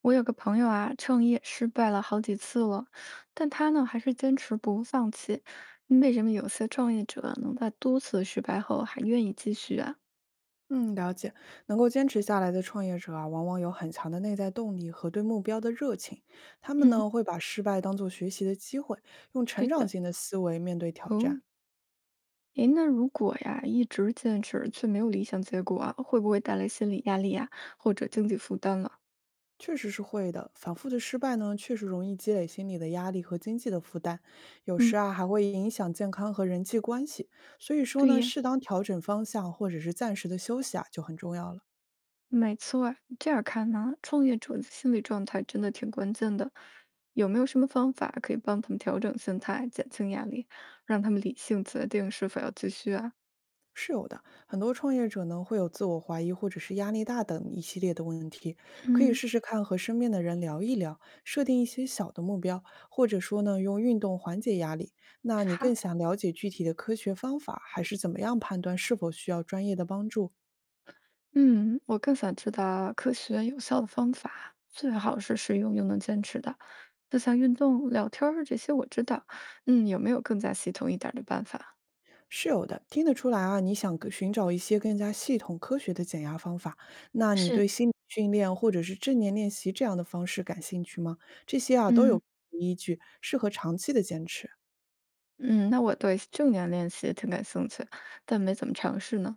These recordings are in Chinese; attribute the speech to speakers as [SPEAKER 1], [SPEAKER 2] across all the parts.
[SPEAKER 1] 我有个朋友啊，创业失败了好几次了，但他呢还是坚持不放弃。为什么有些创业者能在多次失败后还愿意继续啊？
[SPEAKER 2] 嗯，了解。能够坚持下来的创业者啊，往往有很强的内在动力和对目标的热情。他们
[SPEAKER 1] 嗯，
[SPEAKER 2] 呢，会把失败当作学习的机会，用
[SPEAKER 1] 对
[SPEAKER 2] 成长
[SPEAKER 1] 的。
[SPEAKER 2] 性的思维面对挑
[SPEAKER 1] 哦，
[SPEAKER 2] 战。
[SPEAKER 1] 诶，那如果呀一直坚持却没有理想结果啊，会不会带来心理压力呀，或者经济负担了？
[SPEAKER 2] 确实是会的，反复的失败呢，确实容易积累心理的压力和经济的负担，有
[SPEAKER 1] 嗯，
[SPEAKER 2] 时啊还会影响健康和人际关系。所以说
[SPEAKER 1] 对
[SPEAKER 2] 呢，
[SPEAKER 1] 呀。
[SPEAKER 2] 适当调整方向或者是暂时的休息啊，就很重要了。
[SPEAKER 1] 没错儿，这样看呢，创业者的心理状态真的挺关键的。有没有什么方法可以帮他们调整心态、减轻压力，让他们理性决定是否要继续啊？
[SPEAKER 2] 是有的，很多创业者呢会有自我怀疑或者是压力大等一系列的问题，可以
[SPEAKER 1] 嗯，
[SPEAKER 2] 试试看和身边的人聊一聊，设定一些小的目标，或者说呢用运动缓解压力。那你
[SPEAKER 1] 好，
[SPEAKER 2] 更想了解具体的科学方法，还是怎么样判断是否需要专业的帮助？
[SPEAKER 1] 嗯，我更想知道科学有效的方法，最好是实用又能坚持的，就像运动、聊天儿这些我知道。嗯，有没有更加系统一点儿的办法？
[SPEAKER 2] 是有的，听得出来啊，你想更寻找一些更加系统科学的减压方法。那你
[SPEAKER 1] 是。
[SPEAKER 2] 对心理训练或者是正念练习这样的方式感兴趣吗？这些啊都
[SPEAKER 1] 嗯。
[SPEAKER 2] 有依据，适合长期的坚持。
[SPEAKER 1] 嗯，那我对正念练习挺感兴趣，但没怎么尝试呢。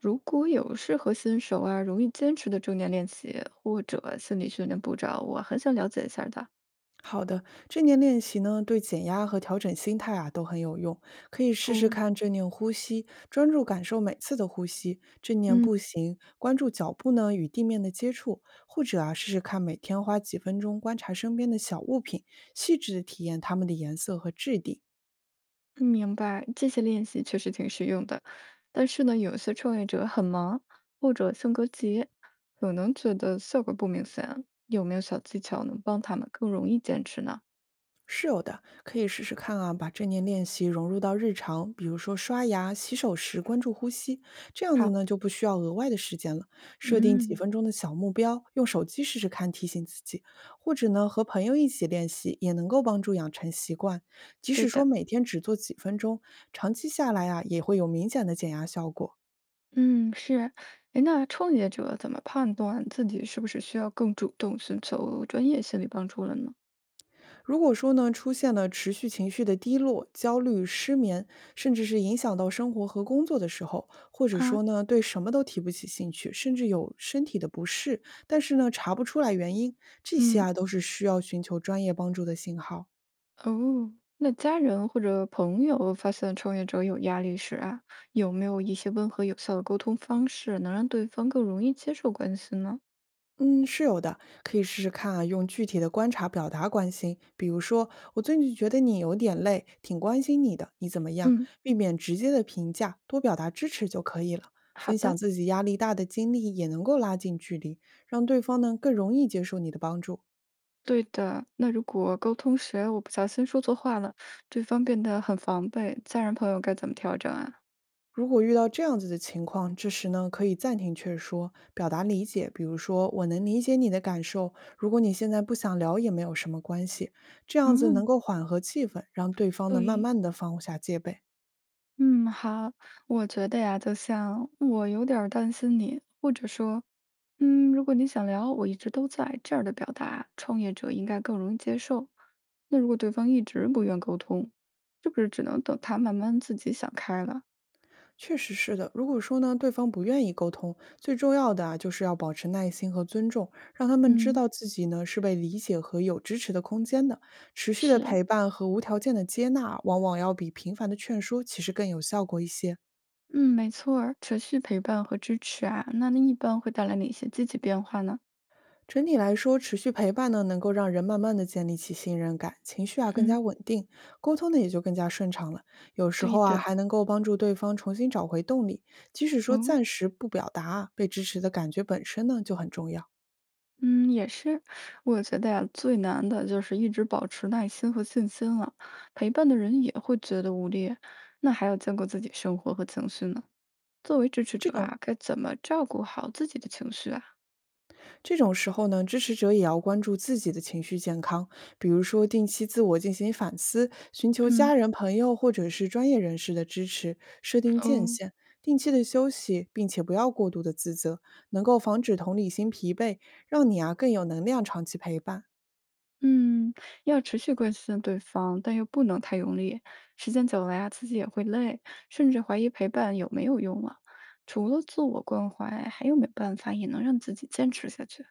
[SPEAKER 1] 如果有适合新手啊，容易坚持的正念练习或者心理训练步骤，我很想了解一下儿的。
[SPEAKER 2] 好的，正念练习呢，对减压和调整心态啊都很有用。可以试试
[SPEAKER 1] 哦。
[SPEAKER 2] 看正念呼吸，专注感受每次的呼吸；正念
[SPEAKER 1] 嗯。
[SPEAKER 2] 步行，关注脚步呢与地面的接触；或者啊，试试看每天花几分钟观察身边的小物品，细致的体验它们的颜色和质地。
[SPEAKER 1] 明白，这些练习确实挺实用的。但是呢，有些创业者很忙或者性格急，可能觉得效果不明显。有没有小技巧能帮他们更容易坚持呢？
[SPEAKER 2] 是有的，可以试试看啊，把正念练习融入到日常，比如说刷牙、洗手时关注呼吸，这样子
[SPEAKER 1] 好。
[SPEAKER 2] 呢就不需要额外的时间了。设定几
[SPEAKER 1] 嗯。
[SPEAKER 2] 分钟的小目标，用手机试试看提醒自己，或者呢和朋友一起练习，也能够帮助养成习惯。即
[SPEAKER 1] 对
[SPEAKER 2] 使说
[SPEAKER 1] 的。
[SPEAKER 2] 每天只做几分钟，长期下来啊也会有明显的减压效果。
[SPEAKER 1] 嗯，是。哎，那创业者怎么判断自己是不是需要更主动寻求专业心理帮助了呢？
[SPEAKER 2] 如果说呢，出现了持续情绪的低落、焦虑、失眠，甚至是影响到生活和工作的时候，或者
[SPEAKER 1] 啊。
[SPEAKER 2] 说呢，对什么都提不起兴趣，甚至有身体的不适，但是呢，查不出来原因，这些
[SPEAKER 1] 嗯。
[SPEAKER 2] 啊都是需要寻求专业帮助的信号。
[SPEAKER 1] 哦，那家人或者朋友发现创业者有压力时啊，有没有一些温和有效的沟通方式，能让对方更容易接受关心呢？
[SPEAKER 2] 嗯，是有的，可以试试看啊，用具体的观察表达关心，比如说，我最近觉得你有点累，挺关心你的，你怎么样？
[SPEAKER 1] 嗯，
[SPEAKER 2] 避免直接的评价，多表达支持就可以了。
[SPEAKER 1] 好
[SPEAKER 2] 分
[SPEAKER 1] 的。
[SPEAKER 2] 享自己压力大的经历也能够拉近距离，让对方呢更容易接受你的帮助。
[SPEAKER 1] 对的。那如果沟通时我不小心说错话了，对方变得很防备，家人朋友该怎么调整啊？
[SPEAKER 2] 如果遇到这样子的情况，这时呢，可以暂停劝说，表达理解。比如说，我能理解你的感受，如果你现在不想聊也没有什么关系。这样子
[SPEAKER 1] 嗯，
[SPEAKER 2] 能够缓和气氛，让对方呢慢
[SPEAKER 1] 对。
[SPEAKER 2] 慢的放下戒备。
[SPEAKER 1] 嗯，好，我觉得呀，就像我有点儿担心你，或者说，如果你想聊，我一直都在这样的表达，创业者应该更容易接受。那如果对方一直不愿沟通，是不是只能等他慢慢自己想开了？
[SPEAKER 2] 确实是的，如果说呢对方不愿意沟通，最重要的啊就是要保持耐心和尊重，让他们知
[SPEAKER 1] 嗯，
[SPEAKER 2] 道自己呢是被理解和有支持的空间的。持续的
[SPEAKER 1] 是。
[SPEAKER 2] 陪伴和无条件的接纳，往往要比频繁的劝说其实更有效果一些。
[SPEAKER 1] 嗯，没错儿，持续陪伴和支持啊，那一般会带来哪些积极变化呢？
[SPEAKER 2] 整体来说，持续陪伴呢，能够让人慢慢的建立起信任感，情绪啊更
[SPEAKER 1] 嗯，
[SPEAKER 2] 加稳定，沟通呢也就更加顺畅了。有时
[SPEAKER 1] 对
[SPEAKER 2] 候啊，
[SPEAKER 1] 的。
[SPEAKER 2] 还能够帮助对方重新找回动力，即使说
[SPEAKER 1] 哦。
[SPEAKER 2] 暂时不表达啊，被支持的感觉本身呢就很重要。
[SPEAKER 1] 嗯，也是，我觉得呀，最难的就是一直保持耐心和信心了。陪伴的人也会觉得无力，那还要兼顾自己生活和情绪呢。作为支持
[SPEAKER 2] 这
[SPEAKER 1] 者
[SPEAKER 2] 种
[SPEAKER 1] 啊，该怎么照顾好自己的情绪啊？
[SPEAKER 2] 这种时候呢，支持者也要关注自己的情绪健康，比如说定期自我进行反思，寻求
[SPEAKER 1] 嗯。
[SPEAKER 2] 家人、朋友或者是专业人士的支持，设定界
[SPEAKER 1] 哦。
[SPEAKER 2] 限，定期的休息，并且不要过度的自责，能够防止同理心疲惫，让你啊更有能量长期陪伴。
[SPEAKER 1] 嗯，要持续关心对方，但又不能太用力。时间久了呀，自己也会累，甚至怀疑陪伴有没有用啊。除了自我关怀，还有没有办法也能让自己坚持下去？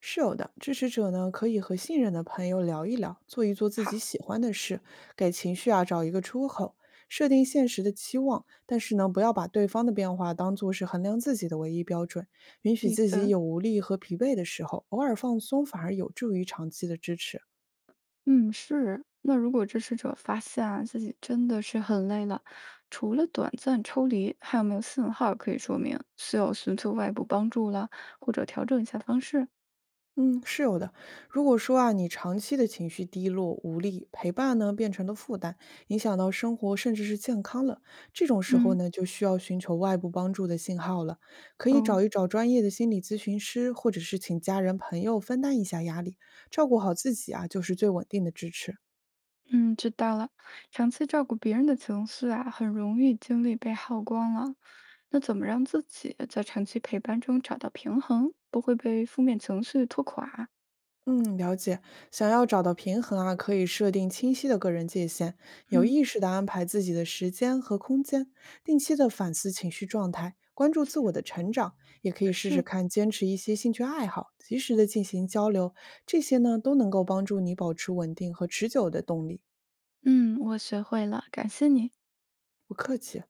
[SPEAKER 2] 是有的，支持者呢可以和信任的朋友聊一聊，做一做自
[SPEAKER 1] 好，
[SPEAKER 2] 己喜欢的事，给情绪啊找一个出口，设定现实的期望，但是呢，不要把对方的变化当做是衡量自己的唯一标准，允许
[SPEAKER 1] 你
[SPEAKER 2] 自己
[SPEAKER 1] 的。
[SPEAKER 2] 有无力和疲惫的时候，偶尔放松反而有助于长期的支持。
[SPEAKER 1] 嗯，是。那如果支持者发现啊自己真的是很累了，除了短暂抽离，还有没有信号可以说明需要寻求外部帮助了，或者调整一下方式？
[SPEAKER 2] 嗯，是有的。如果说啊，你长期的情绪低落、无力，陪伴呢变成了负担，影响到生活甚至是健康了，这种时候
[SPEAKER 1] 嗯。
[SPEAKER 2] 呢，就需要寻求外部帮助的信号了。可以
[SPEAKER 1] 哦。
[SPEAKER 2] 找一找专业的心理咨询师，或者是请家人朋友分担一下压力，照顾好自己啊，就是最稳定的支持。
[SPEAKER 1] 嗯，知道了。长期照顾别人的情绪啊，很容易精力被耗光了。那怎么让自己在长期陪伴中找到平衡，不会被负面情绪拖垮啊？
[SPEAKER 2] 嗯，了解。想要找到平衡啊，可以设定清晰的个人界限，有
[SPEAKER 1] 嗯，
[SPEAKER 2] 意识的安排自己的时间和空间，定期的反思情绪状态，关注自我的成长，也可以试试
[SPEAKER 1] 是。
[SPEAKER 2] 看坚持一些兴趣爱好，及时的进行交流，这些呢都能够帮助你保持稳定和持久的动力。
[SPEAKER 1] 嗯，我学会了，感谢你。
[SPEAKER 2] 不客气啊。